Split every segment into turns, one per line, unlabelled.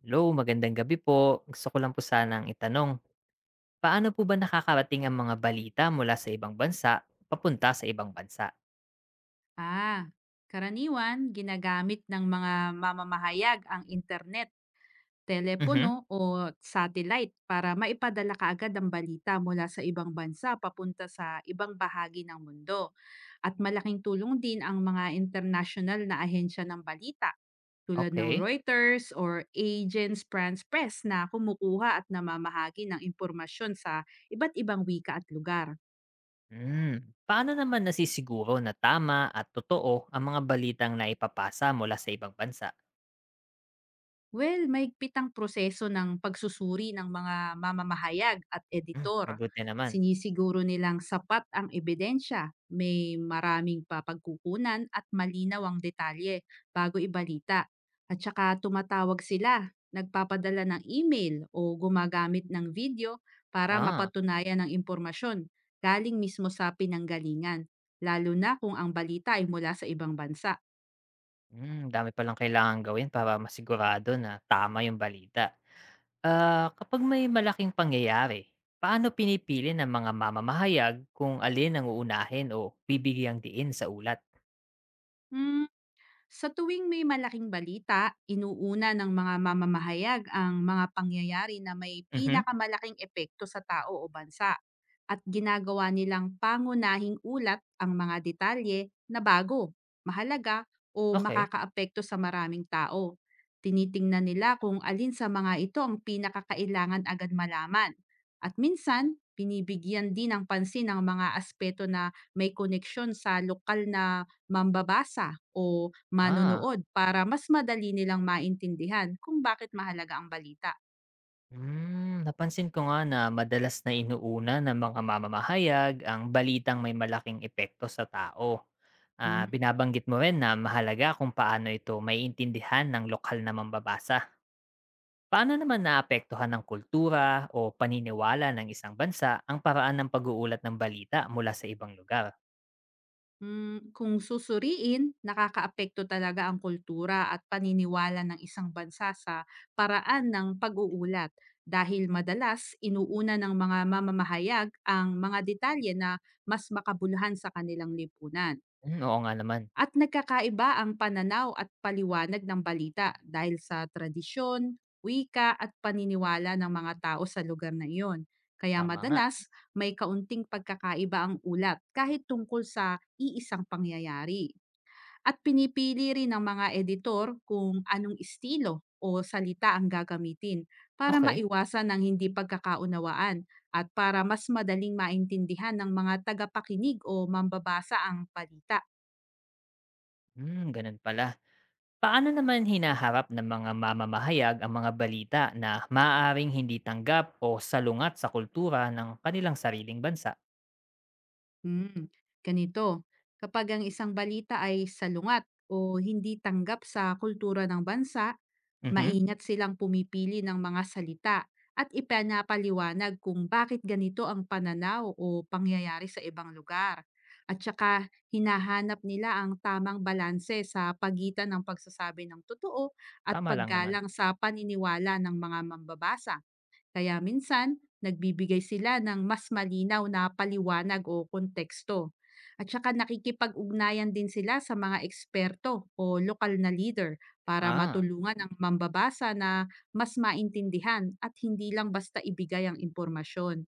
Hello, magandang gabi po. Gusto ko lang po sanang itanong, paano po ba nakakarating ang mga balita mula sa ibang bansa papunta sa ibang bansa?
Ah, karaniwan ginagamit ng mga mamamahayag ang internet,
Mhm.
telepono o satellite para maipadala kaagad ang balita mula sa ibang bansa papunta sa ibang bahagi ng mundo. At malaking tulong din ang mga international na ahensya ng balita tulad ng
Okay.
Reuters or Agence France Press na kumukuha at namamahagi ng impormasyon sa iba't ibang wika at lugar.
Hmm. Paano naman nasisiguro na tama at totoo ang mga balitang naipapasa mula sa ibang bansa?
Well, mahigpit ang proseso ng pagsusuri ng mga mamamahayag at
Hmm,
editor.
mabuti naman.
Sinisiguro nilang sapat ang ebidensya, may maraming papagkukunan at malinaw ang detalye bago ibalita. At saka tumatawag sila, nagpapadala ng email o gumagamit ng video para
Ah,
mapatunayan ang impormasyon galing mismo sa pinanggalingan, lalo na kung ang balita ay mula sa ibang bansa.
dami palang kailangan gawin para masigurado na tama yung balita. Ah, kapag may malaking pangyayari, paano pinipili ng mga mamamahayag kung alin ang uunahin o bibigyang diin sa ulat?
Hmm, Sa tuwing may malaking balita, inuuna ng mga mamamahayag ang mga pangyayari na may
Mhm.
pinakamalaking epekto sa tao o bansa at ginagawa nilang pangunahing ulat ang mga detalye na bago, mahalaga o
Okey.
makakaapekto sa maraming tao. Tinitingnan nila kung alin sa mga ito ang pinakakailangan agad malaman. At minsan, binibigyan din ng pansin ang mga aspeto na may koneksyon sa lokal na mambabasa o
Ah,
manonood para mas madali nilang maintindihan kung bakit mahalaga ang balita.
napansin ko nga na madalas na inuuna ng mga mamamahayag ang balitang may malaking epekto sa tao. Ah,
Hmm.
binabanggit mo rin na mahalaga kung paano ito maiintindihan ng lokal na mambabasa. Paano naman naapektuhan ng kultura o paniniwala ng isang bansa ang paraan ng pag-uulat ng balita mula sa ibang lugar?
Kung susuriin, nakakaapekto talaga ang kultura at paniniwala ng isang bansa sa paraan ng pag-uulat dahil madalas inuuna ng mga mamamahayag ang mga detalye na mas makabuluhan sa kanilang lipunan.
Hmm, oo nga naman.
At nagkakaiba ang pananaw at paliwanag ng balita dahil sa tradisyon, wika at paniniwala ng mga tao sa lugar na iyon. Kaya
Tama nga.
madalas may kaunting pagkakaiba ang ulat kahit tungkol sa iisang pangyayari. At pinipili rin ng mga editor kung anong estilo o salita ang gagamitin para
Okay.
maiwasan ang hindi pagkakaunawaan at para mas madaling maintindihan ng mga tagapakinig o mambabasa ang balita.
Hmm, ganun pala. Paano naman hinaharap ng mga mamamahayag ang mga balita na maaaring hindi tanggap o salungat sa kultura ng kanilang sariling bansa?
Hmm, ganito. Kapag ang isang balita ay salungat o hindi tanggap sa kultura ng bansa,
Mhm.
maingat silang pumipili ng mga salita at ipanapaliwanag kung bakit ganito ang pananaw o pangyayari sa ibang lugar. At saka hinahanap nila ang tamang balanse sa pagitan ng pagsasabi ng totoo at
Tama lang naman.
paggalang sa paniniwala ng mga mambabasa. Kaya minsan, nagbibigay sila ng mas malinaw na paliwanag o konteksto. At saka nakikipag-ugnayan din sila sa mga eksperto o lokal na leader para
Ah,
matulungan ang mambabasa na mas maintindihan at hindi lang basta ibigay ang impormasyon.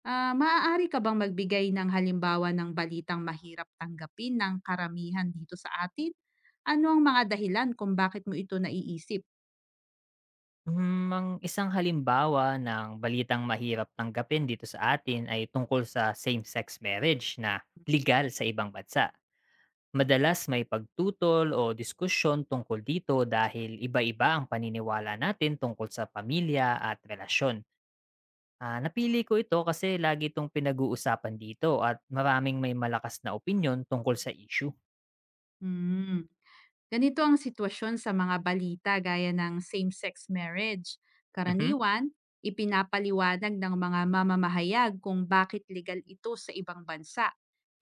Ah, maaari ka bang magbigay ng halimbawa ng balitang mahirap tanggapin ng karamihan dito sa atin? Ano ang mga dahilan kung bakit mo ito naiisip?
Ang isang halimbawa ng balitang mahirap tanggapin dito sa atin ay tungkol sa same-sex marriage na legal sa ibang bansa. Madalas may pagtutol o diskusyon tungkol dito dahil iba-iba ang paniniwala natin tungkol sa pamilya at relasyon. Ah, napili ko ito kasi lagi itong pinag-uusapan dito at maraming may malakas na opinyon tungkol sa issue.
Hmm. Ganito ang sitwasyon sa mga balita gaya ng same-sex marriage.
Mhm.
Karaniwan, ipinapaliwanag ng mga mamamahayag kung bakit legal ito sa ibang bansa.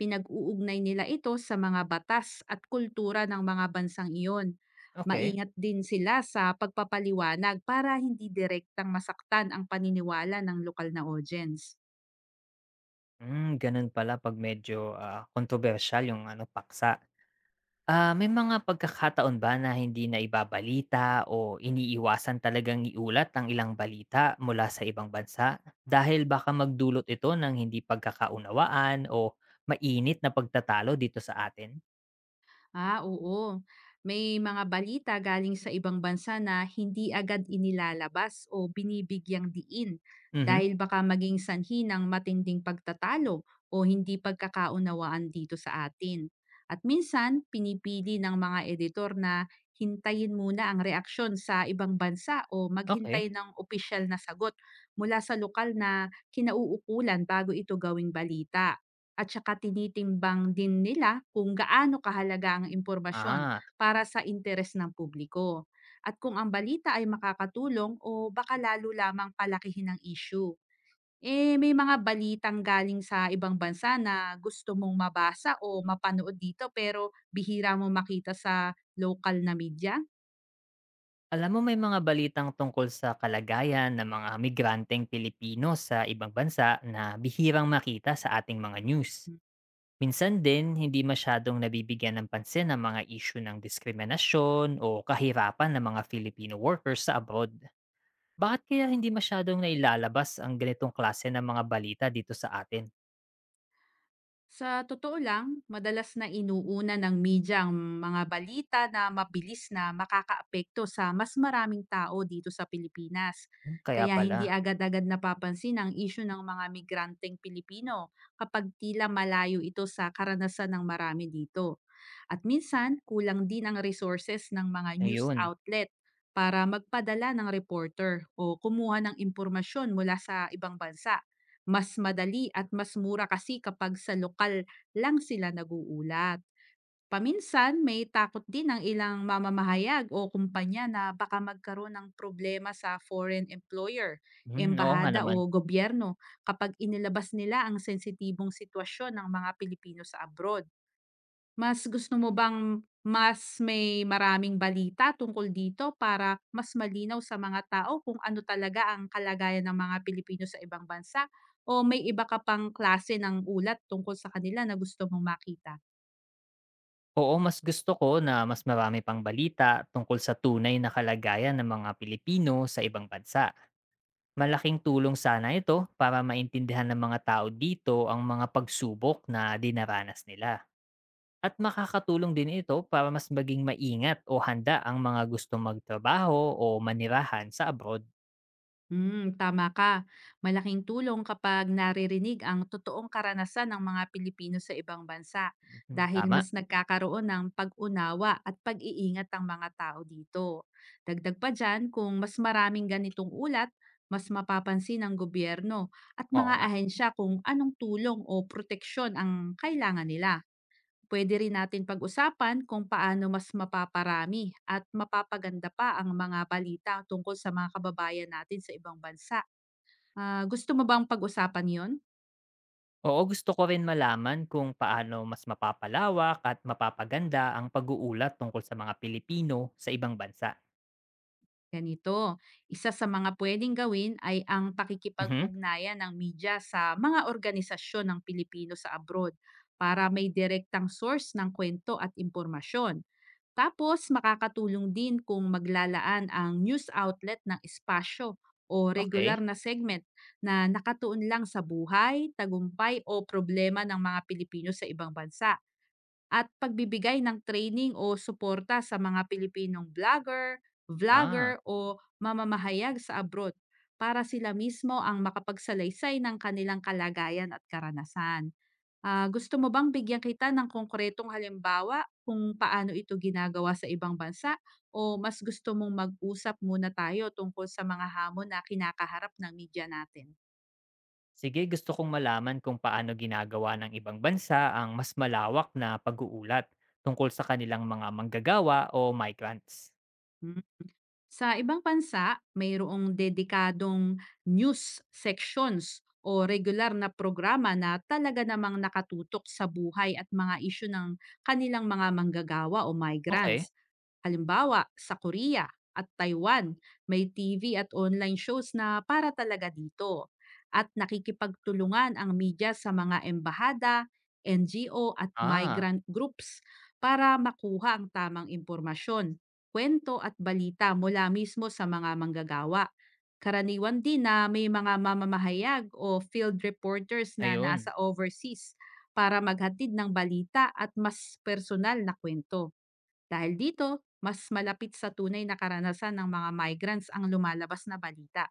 Pinag-uugnay nila ito sa mga batas at kultura ng mga bansang iyon.
Okay.
Maingat din sila sa pagpapaliwanag para hindi direktang masaktan ang paniniwala ng lokal na audience.
Hmm, ganun pala pag medyo kontrobersyal yung ano paksa. Ah, may mga pagkakataon ba na hindi na ibabalita o iniiwasan talagang iulat ang ilang balita mula sa ibang bansa dahil baka magdulot ito ng hindi pagkakaunawaan o mainit na pagtatalo dito sa atin?
Ah, oo. May mga balita galing sa ibang bansa na hindi agad inilalabas o binibigyang diin
Mhm.
dahil baka maging sanhi ng matinding pagtatalo o hindi pagkakaunawaan dito sa atin. At minsan, pinipili ng mga editor na hintayin muna ang reaksyon sa ibang bansa o maghintay
Okay.
ng opisyal na sagot mula sa lokal na kinauukulan bago ito gawing balita. At saka tinitimbang din nila kung gaano kahalaga ang impormasyon
Ah,
para sa interes ng publiko at kung ang balita ay makakatulong o baka lalo lamang palakihin ang issue. Eh, may mga balitang galing sa ibang bansa na gusto mong mabasa o mapanood dito pero bihira mo makita sa local na media?
alam mo may mga balitang tungkol sa kalagayan ng mga migranteng Pilipino sa ibang bansa na bihirang makita sa ating mga news. Minsan din, hindi masyadong nabibigyan ng pansin ang mga isyu ng diskriminasyon o kahirapan ng mga Filipino workers sa abroad. Bakit kaya hindi masyadong nailalabas ang ganitong klase ng mga balita dito sa atin?
Sa totoo lang, madalas na inuuna ng media ang mga balita na mabilis na makakaapekto sa mas maraming tao dito sa Pilipinas.
Hmm, kaya
Kaya
pala.
hindi agad-agad napapansin ang isyu ng mga migranteng Pilipino kapag tila malayo ito sa karanasan ng marami dito. At minsan, kulang din ang resources ng mga news
Ayun.
outlet para magpadala ng reporter o kumuha ng impormasyon mula sa ibang bansa. Mas madali at mas mura kasi kapag sa lokal lang sila naguulat. Paminsan, may takot din ang ilang mamamahayag o kumpanya na baka magkaroon ng problema sa foreign employer,
Hmm, oo nga
embahada
naman.
o gobyerno kapag inilabas nila ang sensitibong sitwasyon ng mga Pilipino sa abroad. Mas gusto mo bang mas may maraming balita tungkol dito para mas malinaw sa mga tao kung ano talaga ang kalagayan ng mga Pilipino sa ibang bansa o may iba ka pang klase ng ulat tungkol sa kanila na gusto mong makita?
Oo, mas gusto ko na mas marami pang balita tungkol sa tunay na kalagayan ng mga Pilipino sa ibang bansa. Malaking tulong sana ito para maintindihan ng mga tao dito ang mga pagsubok na dinaranas nila. At makakatulong din ito para mas maging maingat o handa ang mga gustong magtrabaho o manirahan sa abroad.
Tama ka. Malaking tulong kapag naririnig ang totoong karanasan ng mga Pilipino sa ibang bansa
Mm,
dahil
tama.
mas nagkakaroon ng pag-unawa at pag-iingat ang mga tao dito. Dagdag pa dyan, kung mas maraming ganitong ulat, mas mapapansin ng gobyerno at
Oo
mga
nga.
ahensya kung anong tulong o proteksyon ang kailangan nila. Pwede rin natin pag-usapan kung paano mas mapaparami at mapapaganda pa ang mga balita tungkol sa mga kababayan natin sa ibang bansa. Ah, gusto mo bang pag-usapan yon?
Oo, gusto ko rin malaman kung paano mas mapapalawak at mapapaganda ang pag-uulat tungkol sa mga Pilipino sa ibang bansa.
Ganito, isa sa mga pwedeng gawin ay ang
Mhm.
pakikipag-ugnayan ng media sa mga organisasyon ng Pilipino sa abroad para may direktang source ng kwento at impormasyon. Tapos makakatulong din kung maglalaan ang news outlet ng espasyo o regular
Okay.
na segment na nakatuon lang sa buhay, tagumpay o problema ng mga Pilipino sa ibang bansa at pagbibigay ng training o suporta sa mga Pilipinong blogger, vlogger
Ah,
o mamamahayag sa abroad para sila mismo ang makapagsalaysay ng kanilang kalagayan at karanasan. Ah, gusto mo bang bigyan kita ng konkretong halimbawa kung paano ito ginagawa sa ibang bansa o mas gusto mong mag-usap muna tayo tungkol sa mga hamon na kinakaharap ng media natin?
sige, gusto kong malaman kung paano ginagawa ng ibang bansa ang mas malawak na pag-uulat tungkol sa kanilang mga manggagawa o migrants.
Hmm. Sa ibang bansa, mayroong dedikadong news sections o regular na programa na talaga namang nakatutok sa buhay at mga isyu ng kanilang mga manggagawa o migrants.
Okay.
Halimbawa, sa Korea at Taiwan, may TV at online shows na para talaga dito. At nakikipagtulungan ang media sa mga embahada, NGO at
Ah,
migrant groups para makuha ang tamang impormasyon, kwento at balita mula mismo sa mga manggagawa. Karaniwan din na may mga mamamahayag o field reporters na
ayun.
nasa overseas para maghatid ng balita at mas personal na kwento. Dahil dito, mas malapit sa tunay na karanasan ng mga migrants ang lumalabas na balita.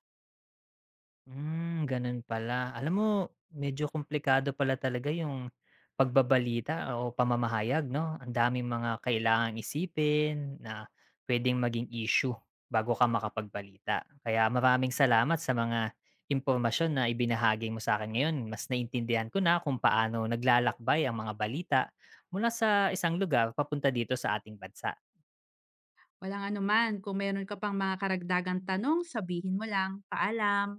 Hmm, ganun pala. Alam mo, medyo komplikado pala talaga yung pagbabalita o pamamahayag, 'no? Ang daming mga kailangang isipin na pwedeng maging issue bago ka makapagbalita. Kaya maraming salamat sa mga impormasyon na ibinahagi mo sa akin ngayon. Mas naintindihan ko na kung paano naglalakbay ang mga balita mula sa isang lugar papunta dito sa ating bansa.
Walang anuman, kung meron ka pang mga karagdagang tanong, sabihin mo lang. Paalam!